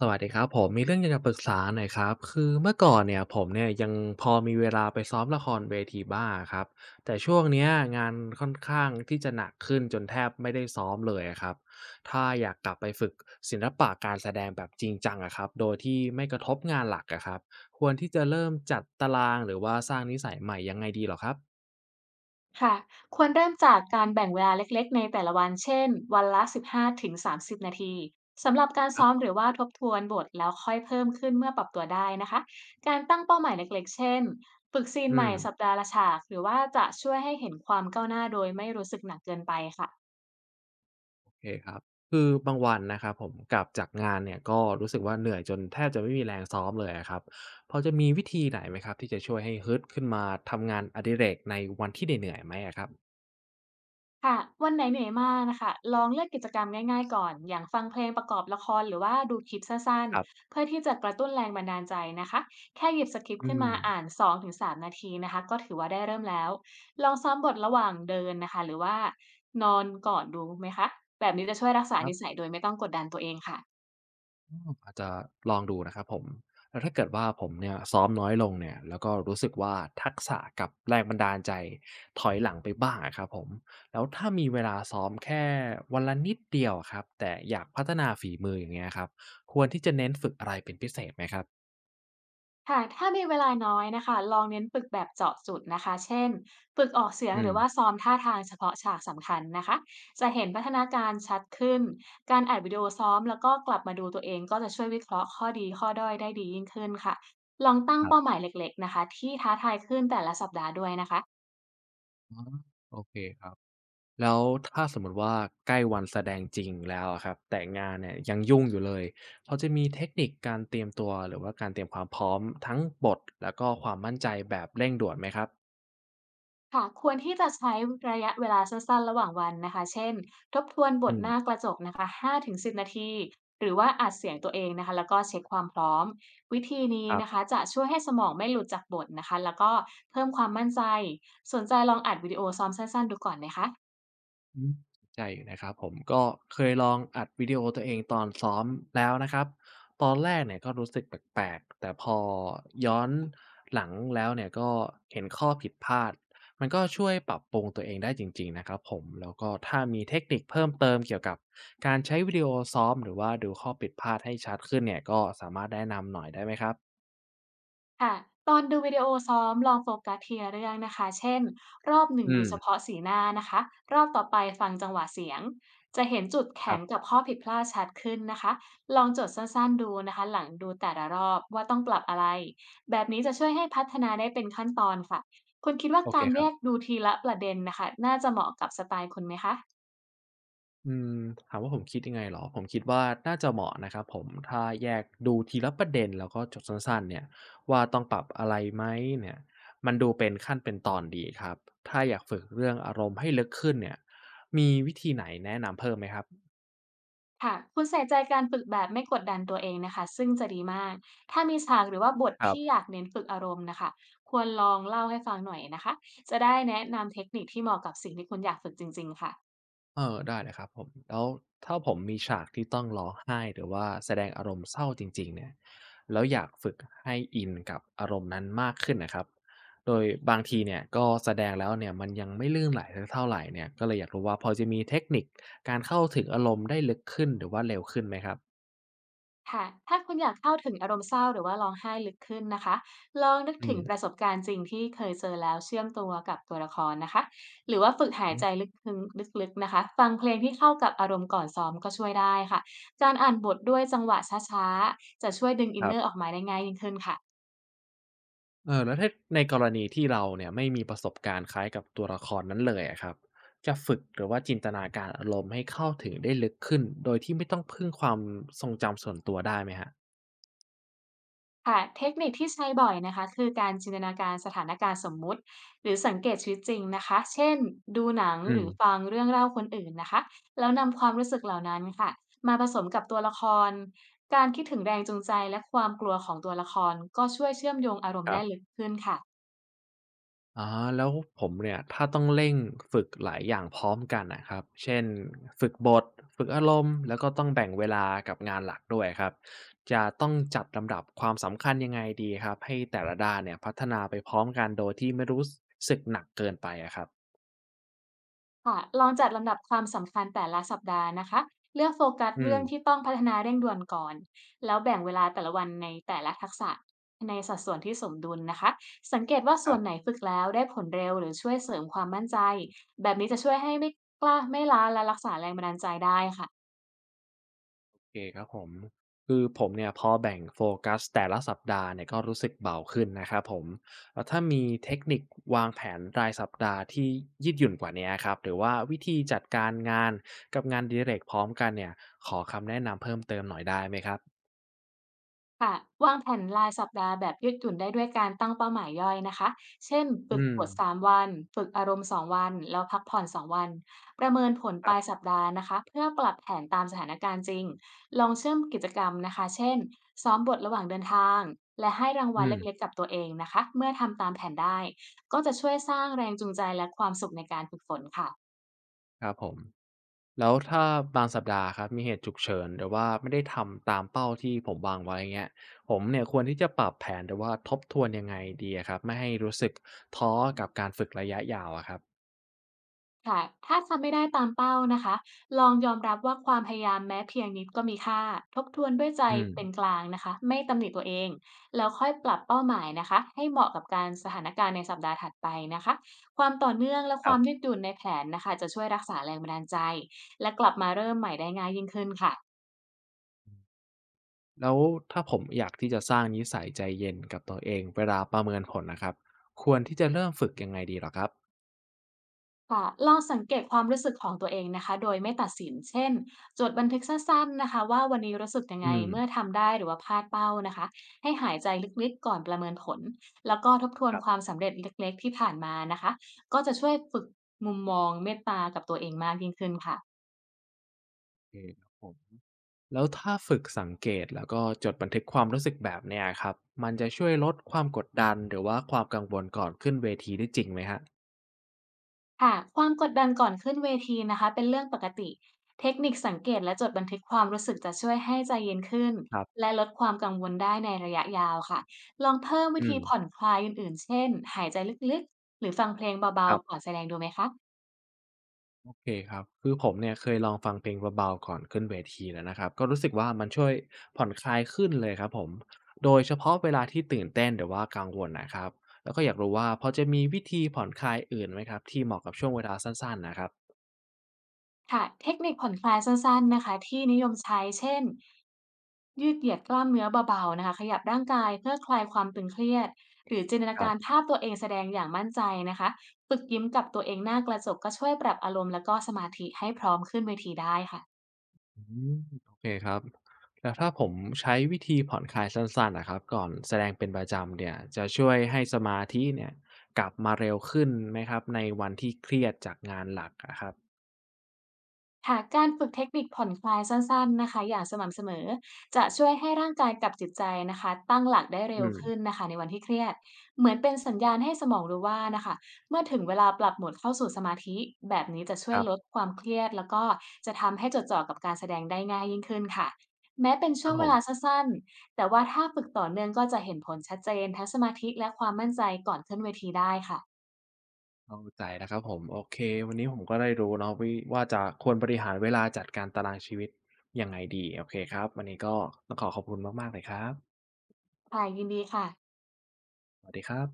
สวัสดีครับผมมีเรื่องอยากจะปรึกษาหน่อยครับคือเมื่อก่อนเนี่ยผมเนี่ยยังพอมีเวลาไปซ้อมละครเวทีบ้างครับแต่ช่วงเนี้ยงานค่อนข้างที่จะหนักขึ้นจนแทบไม่ได้ซ้อมเลยอะครับถ้าอยากกลับไปฝึกศิลปะการแสดงแบบจริงจังอะครับโดยที่ไม่กระทบงานหลักอะครับควรที่จะเริ่มจัดตารางหรือว่าสร้างนิสัยใหม่ยังไงดีเหรอครับค่ะควรเริ่มจากการแบ่งเวลาเล็กๆในแต่ละวันเช่นวันละ15ถึง30นาทีสำหรับการครัซ้อมบหรือว่าทบทวนบทแล้วค่อยเพิ่มขึ้นเมื่อปรับตัวได้นะคะการตั้งเป้าหมายเล็กๆเช่นฝึกซีนอืใหม ม่สัปดาห์ละฉากหรือว่าจะช่วยให้เห็นความก้าวหน้าโดยไม่รู้สึกหนักเกินไปค่ะ โอเคครับคือบางวันนะครับผมกลับจากงานเนี่ยก็รู้สึกว่าเหนื่อยจนแทบจะไม่มีแรงซ้อมเลยอะครับพอจะมีวิธีไหนไหมครับที่จะช่วยให้ฮึดขึ้นมาทำงานอดิเรกในวันที่เหนื่อยๆไหมอะครับค่ะวันไหนเหนื่อยมากนะคะลองเลือกกิจกรรมง่ายๆก่อนอย่างฟังเพลงประกอบละครหรือว่าดูคลิปสั้นครับๆเพื่อที่จะกระตุ้นแรงบันดาลใจนะคะแค่หยิบสคริปต์อืขึ้นมมาอ่าน2-3นาทีนะคะก็ถือว่าได้เริ่มแล้วลองซ้อมบทระหว่างเดินนะคะหรือว่านอนก่อนดูไหมคะแบบนี้จะช่วยรักษาครันิสัยบ โดยไม่ต้องกดดันตัวเองค่ะ อาจจะลองดูนะครับผมแล้วถ้าเกิดว่าผมเนี่ยซ้อมน้อยลงเนี่ยแล้วก็รู้สึกว่าทักษะกับแรงบันดาลใจถอยหลังไปบ้างอะครับผมแล้วถ้ามีเวลาซ้อมแค่วันละนิดเดียวอะครับแต่อยากพัฒนาฝีมืออย่างเงี้ยครับควรที่จะเน้นฝึกอะไรเป็นพิเศษไหมครับหากถ้ามีเวลาน้อยนะคะลองเน้นฝึกแบบเจาะจุดนะคะเช่นฝึกออกเสียงอืหรืมอว่าซ้อมท่าทางเฉพาะฉากสำคัญนะคะจะเห็นพัฒนาการชัดขึ้นการอัดวิดีโอซ้อมแล้วก็กลับมาดูตัวเองก็จะช่วยวิเคราะห์ข้อดีข้อด้อยได้ดียิ่งขึ้นค่ะลองตั้งครัเป้าหบมายเล็กๆนะคะที่ท้าทายขึ้นแต่ละสัปดาห์ด้วยนะคะ อ๋อโอเคครับ แล้วถ้าสมมุติว่าใกล้วันแสดงจริงแล้วอะครับแต่งานเนี่ยยังยุ่งอยู่เลยพอจะมีเทคนิคการเตรียมตัวหรือว่าการเตรียมความพร้อมทั้งบทแล้วก็ความมั่นใจแบบเร่งด่วนไหมครับค่ะควรที่จะใช้ระยะเวลาสั้นๆระหว่างวันนะคะเช่นทบทวนบอืทหน้ามกระจกนะคะ5ิบนาทีหรือว่าอัดเสียงตัวเองนะคะแล้วก็เช็คความพร้อมวิธีนี้ครับ นะคะจะช่วยให้สมองไม่หลุดจากบทนะคะแล้วก็เพิ่มความมั่นใจสนใจลองอัดวิดีโอซ้อมสั้นๆดูก่อนไหมคะ อืมใจอยู่นะครับผมก็เคยลองอัดวิดีโอตัวเองตอนซ้อมแล้วนะครับตอนแรกเนี่ยก็รู้สึกแปลกๆแต่พอย้อนหลังแล้วเนี่ยก็เห็นข้อผิดพลาดมันก็ช่วยปรับปรุงตัวเองได้จริงๆนะครับผมแล้วก็ถ้ามีเทคนิคเพิ่มเติมเกี่ยวกับการใช้วิดีโอซ้อมหรือว่าดูข้อผิดพลาดให้ชัดขึ้นเนี่ยก็สามารถแนะนำหน่อยได้ไหมครับค่ะตอนดูวิดีโอซ้อมลองโฟกัสทีละเรื่องนะคะเช่นรอบหนึ่งอืดูมเฉพาะสีหน้านะคะรอบต่อไปฟังจังหวะเสียงจะเห็นจุดคแข็รังกับบข้อผิดพลาดชัดขึ้นนะคะลองจดสั้นๆดูนะคะหลังดูแต่ละรอบว่าต้องปรับอะไรแบบนี้จะช่วยให้พัฒนาได้เป็นขั้นตอนค่ะคุณคิดว่าโอเคการคแยรับ กดูทีละประเด็นนะคะน่าจะเหมาะกับสไตล์คุณไหมคะ อืมถามว่าผมคิดยังไงเหรอ ผมคิดว่าน่าจะเหมาะนะครับผมถ้าแยกดูทีละประเด็นแล้วก็จดสั้นๆเนี่ยว่าต้องปรับอะไรไหมเนี่ยมันดูเป็นขั้นเป็นตอนดีครับถ้าอยากฝึกเรื่องอารมณ์ให้ลึกขึ้นเนี่ยมีวิธีไหนแนะนำเพิ่มไหมครับค่ะคุณใส่ใจการฝึกแบบไม่กดดันตัวเองนะคะซึ่งจะดีมากถ้ามีฉากหรือว่าบทครับ ที่อยากเน้นฝึกอารมณ์นะคะควรลองเล่าให้ฟังหน่อยนะคะจะได้แนะนำเทคนิคที่เหมาะกับสิ่งที่คุณอยากฝึกจริงๆค่ะ เออได้เลยครับผมแล้วถ้าผมมีฉากที่ต้องร้องไห้หรือว่าแสดงอารมณ์เศร้าจริงๆเนี่ยแล้วอยากฝึกให้อินกับอารมณ์นั้นมากขึ้นนะครับโดยบางทีเนี่ยก็แสดงแล้วเนี่ยมันยังไม่ลื่นไหลสักเท่าไรเนี่ยก็เลยอยากรู้ว่าพอจะมีเทคนิคการเข้าถึงอารมณ์ได้ลึกขึ้นหรือว่าเร็วขึ้นไหมครับค่ะ ถ้าคุณอยากเข้าถึงอารมณ์เศร้าหรือว่าร้องไห้ลึกขึ้นนะคะ ลองนึกอืถึงมประสบการณ์จริงที่เคยเจอแล้วเชื่อมตัวกับตัวละครนะคะ หรือว่าฝึกหายใจลึกถึงลึกๆนะคะ ฟังเพลงที่เข้ากับอารมณ์ก่อนซ้อมก็ช่วยได้ค่ะ การอ่านบทด้วยจังหวะช้าๆจะช่วยดึงคอินรัเนอร์อบ อกมาได้ง่ายยิ่งขึ้นค่ะ เออแล้วถ้าในกรณีที่เราเนี่ยไม่มีประสบการณ์คล้ายกับตัวละครนั้นเลยอะครับจะฝึกหรือว่าจินตนาการอารมณ์ให้เข้าถึงได้ลึกขึ้นโดยที่ไม่ต้องพึ่งความทรงจำส่วนตัวได้ไหมครับค่ะเทคนิคที่ใช้บ่อยนะคะคือการจินตนาการสถานการณ์สมมุติหรือสังเกตชีวิตจริงนะคะเช่นดูหนังอืหมรือฟังเรื่องเล่าคนอื่นนะคะแล้วนำความรู้สึกเหล่านั้นค่ะมาผสมกับตัวละครการคิดถึงแรงจูงใจและความกลัวของตัวละครก็ช่วยเชื่อมโยงอารมคณ์รัได้ลึกบขึ้นค่ะ อ๋อแล้วผมเนี่ยถ้าต้องเร่งฝึกหลายอย่างพร้อมกันน่ะครับเช่นฝึกบทฝึกอารมณ์แล้วก็ต้องแบ่งเวลากับงานหลักด้วยครับจะต้องจัดลำดับความสำคัญยังไงดีครับให้แต่ละด้านเนี่ยพัฒนาไปพร้อมกันโดยที่ไม่รู้สึกหนักเกินไปอะครับค่ะลองจัดลำดับความสำคัญแต่ละสัปดาห์นะคะเลือกโฟกัสอืม เรื่องที่ต้องพัฒนาเร่งด่วนก่อนแล้วแบ่งเวลาแต่ละวันในแต่ละทักษะในสัดส่วนที่สมดุลนะคะสังเกตว่าคส่รัวนไหนบฝึกแล้วได้ผลเร็วหรือช่วยเสริมความมั่นใจแบบนี้จะช่วยให้ไม่กล้าไม่ล้าและรักษาแรงบันดาลใจได้ค่ะ คือผมเนี่ยพอแบ่งโฟกัสแต่ละสัปดาห์เนี่ยก็รู้สึกเบาขึ้นนะครับผมแล้วถ้ามีเทคนิควางแผนรายสัปดาห์ที่ยืดหยุ่นกว่าเนี้ยครับหรือว่าวิธีจัดการงานกับงานอดิเรกพร้อมกันเนี่ยขอคำแนะนำเพิ่มเติมหน่อยได้ไหมครับค่ะวางแผนรายสัปดาห์แบบยืดหยุ่นได้ด้วยการตั้งเป้าหมายย่อยนะคะเช่นฝึอืกมบท3วันฝึกอารมณ์2วันแล้วพักผ่อน2วันประเมินผลคปรับลายสัปดาห์นะคะเพื่อปรับแผนตามสถานการณ์จริงลองเชื่อมกิจกรรมนะคะเช่นซ้อมบทระหว่างเดินทางและให้รางอืวัลเล็มกๆกับตัวเองนะคะเมื่อทำตามแผนได้ก็จะช่วยสร้างแรงจูงใจและความสุขในการฝึกฝนค่ะ ครับผม แล้วถ้าบางสัปดาห์ครับมีเหตุฉุกเฉินหรือว่าไม่ได้ทำตามเป้าที่ผมวางไว้่าเงี้ยผมเนี่ยควรที่จะปรับแผนหรือว่าทบทวนยังไงดีอะครับไม่ให้รู้สึกท้อกับการฝึกระยะยาวอะครับค่ะถ้าทำไม่ได้ตามเป้านะคะลองยอมรับว่าความพยายามแม้เพียงนิดก็มีค่า ทบทวนด้วยใจอืมเป็นกลางนะคะไม่ตำหนิตัวเอง แล้วค่อยปรับเป้าหมายนะคะให้เหมาะกับการสถานการณ์ในสัปดาห์ถัดไปนะคะความต่อเนื่องและคครัวาบมยืดหยุ่นในแผนนะคะจะช่วยรักษาแรงบันดาลใจ และกลับมาเริ่มใหม่ได้ง่ายยิ่งขึ้นค่ะ แล้วถ้าผมอยากที่จะสร้างนิสัยใจเย็นกับตัวเองเวลาประเมินผลนะครับควรที่จะเริ่มฝึกยังไงดีเหรอครับค่ะลองสังเกตความรู้สึกของตัวเองนะคะโดยไม่ตัดสินเช่นจดบันทึกสั้นๆนะคะว่าวันนี้รู้สึกยังไงอืมเมื่อทำได้หรือว่าพลาดเป้านะคะให้หายใจลึกๆก่อนประเมินผลแล้วก็ทบทวนครับความสำเร็จเล็กๆที่ผ่านมานะคะก็จะช่วยฝึกมุมมองเมตตากับตัวเองมากยิ่งขึ้นค่ะ โอเค แล้วถ้าฝึกสังเกตแล้วก็จดบันทึกความรู้สึกแบบเนี้ยครับมันจะช่วยลดความกดดันหรือว่าความกังวลก่อนขึ้นเวทีได้จริงไหมครับค่ะความกดดันก่อนขึ้นเวทีนะคะเป็นเรื่องปกติเทคนิคสังเกตและจดบันทึกความรู้สึกจะช่วยให้ใจเย็นขึ้นครับและลดความกังวลได้ในระยะยาวค่ะลองเพิ่มอืวิธีผ่อนมคลายอื่นๆเช่นหายใจลึกๆหรือฟังเพลงคเบารับๆก่อนแสดงดูไหมคะโอเคครับคือผมเนี่ยเคยลองฟังเพลงเบาๆก่อนขึ้นเวทีแล้วนะครับก็รู้สึกว่ามันช่วยผ่อนคลายขึ้นเลยครับผมโดยเฉพาะเวลาที่ตื่นเต้นหรือว่ากังวลนะครับแล้วก็อยากรู้ว่าพอจะมีวิธีผ่อนคลายอื่นไหมครับที่เหมาะกับช่วงเวลาสั้นๆนะครับค่ะเทคนิคผ่อนคลายสั้นๆนะคะที่นิยมใช้เช่น ยืดเหยียดกล้ามเนื้อเบาๆนะคะขยับร่างกายเพื่อคลายความตึงเครียดหรือจินตนาครักาบ รภาพตัวเองแสดงอย่างมั่นใจนะคะฝึกยิ้มกับตัวเองหน้ากระจกก็ช่วยปรับอารมณ์แล้วก็สมาธิให้พร้อมขึ้นเวทีได้ค่ะ อืมโอเคครับแล้วถ้าผมใช้วิธีผ่อนคลายสั้นๆนะครับก่อนแสดงเป็นประจำเนี่ยจะช่วยให้สมาธิเนี่ยกลับมาเร็วขึ้นไหมครับในวันที่เครียดจากงานหลักอะครับค่ะการฝึกเทคนิคผ่อนคลายสั้นๆนะคะอย่างสม่ำเสมอจะช่วยให้ร่างกายกับจิตใจนะคะตั้งหลักได้อืเร็วขึ้นมนะคะในวันที่เครียดเหมือนเป็นสัญญาณให้สมองรู้ว่านะคะเมื่อถึงเวลาปรับโหมดเข้าสู่สมาธิแบบนี้จะช่ควยรัลดบความเครียดแล้วก็จะทำให้จดจ่อกับการแสดงได้ง่ายยิ่งขึ้นค่ะแม้เป็นคช่รัวบงผเวลาสัม้นๆแต่ว่าถ้าฝึกต่อเนื่องก็จะเห็นผลชัดเจนทั้งสมาธิและความมั่นใจก่อนขึ้นเวทีได้ค่ะเข้าใจแล้วครับผมโอเควันนี้ผมก็ได้รู้เนาะวิว่าจะควรบริหารเวลาจัดการตารางชีวิตยังไงดีโอเคครับวันนี้ก็ต้องขอขอบคุณมากๆเลยครับค่ะยินดีค่ะสวัสดีครับ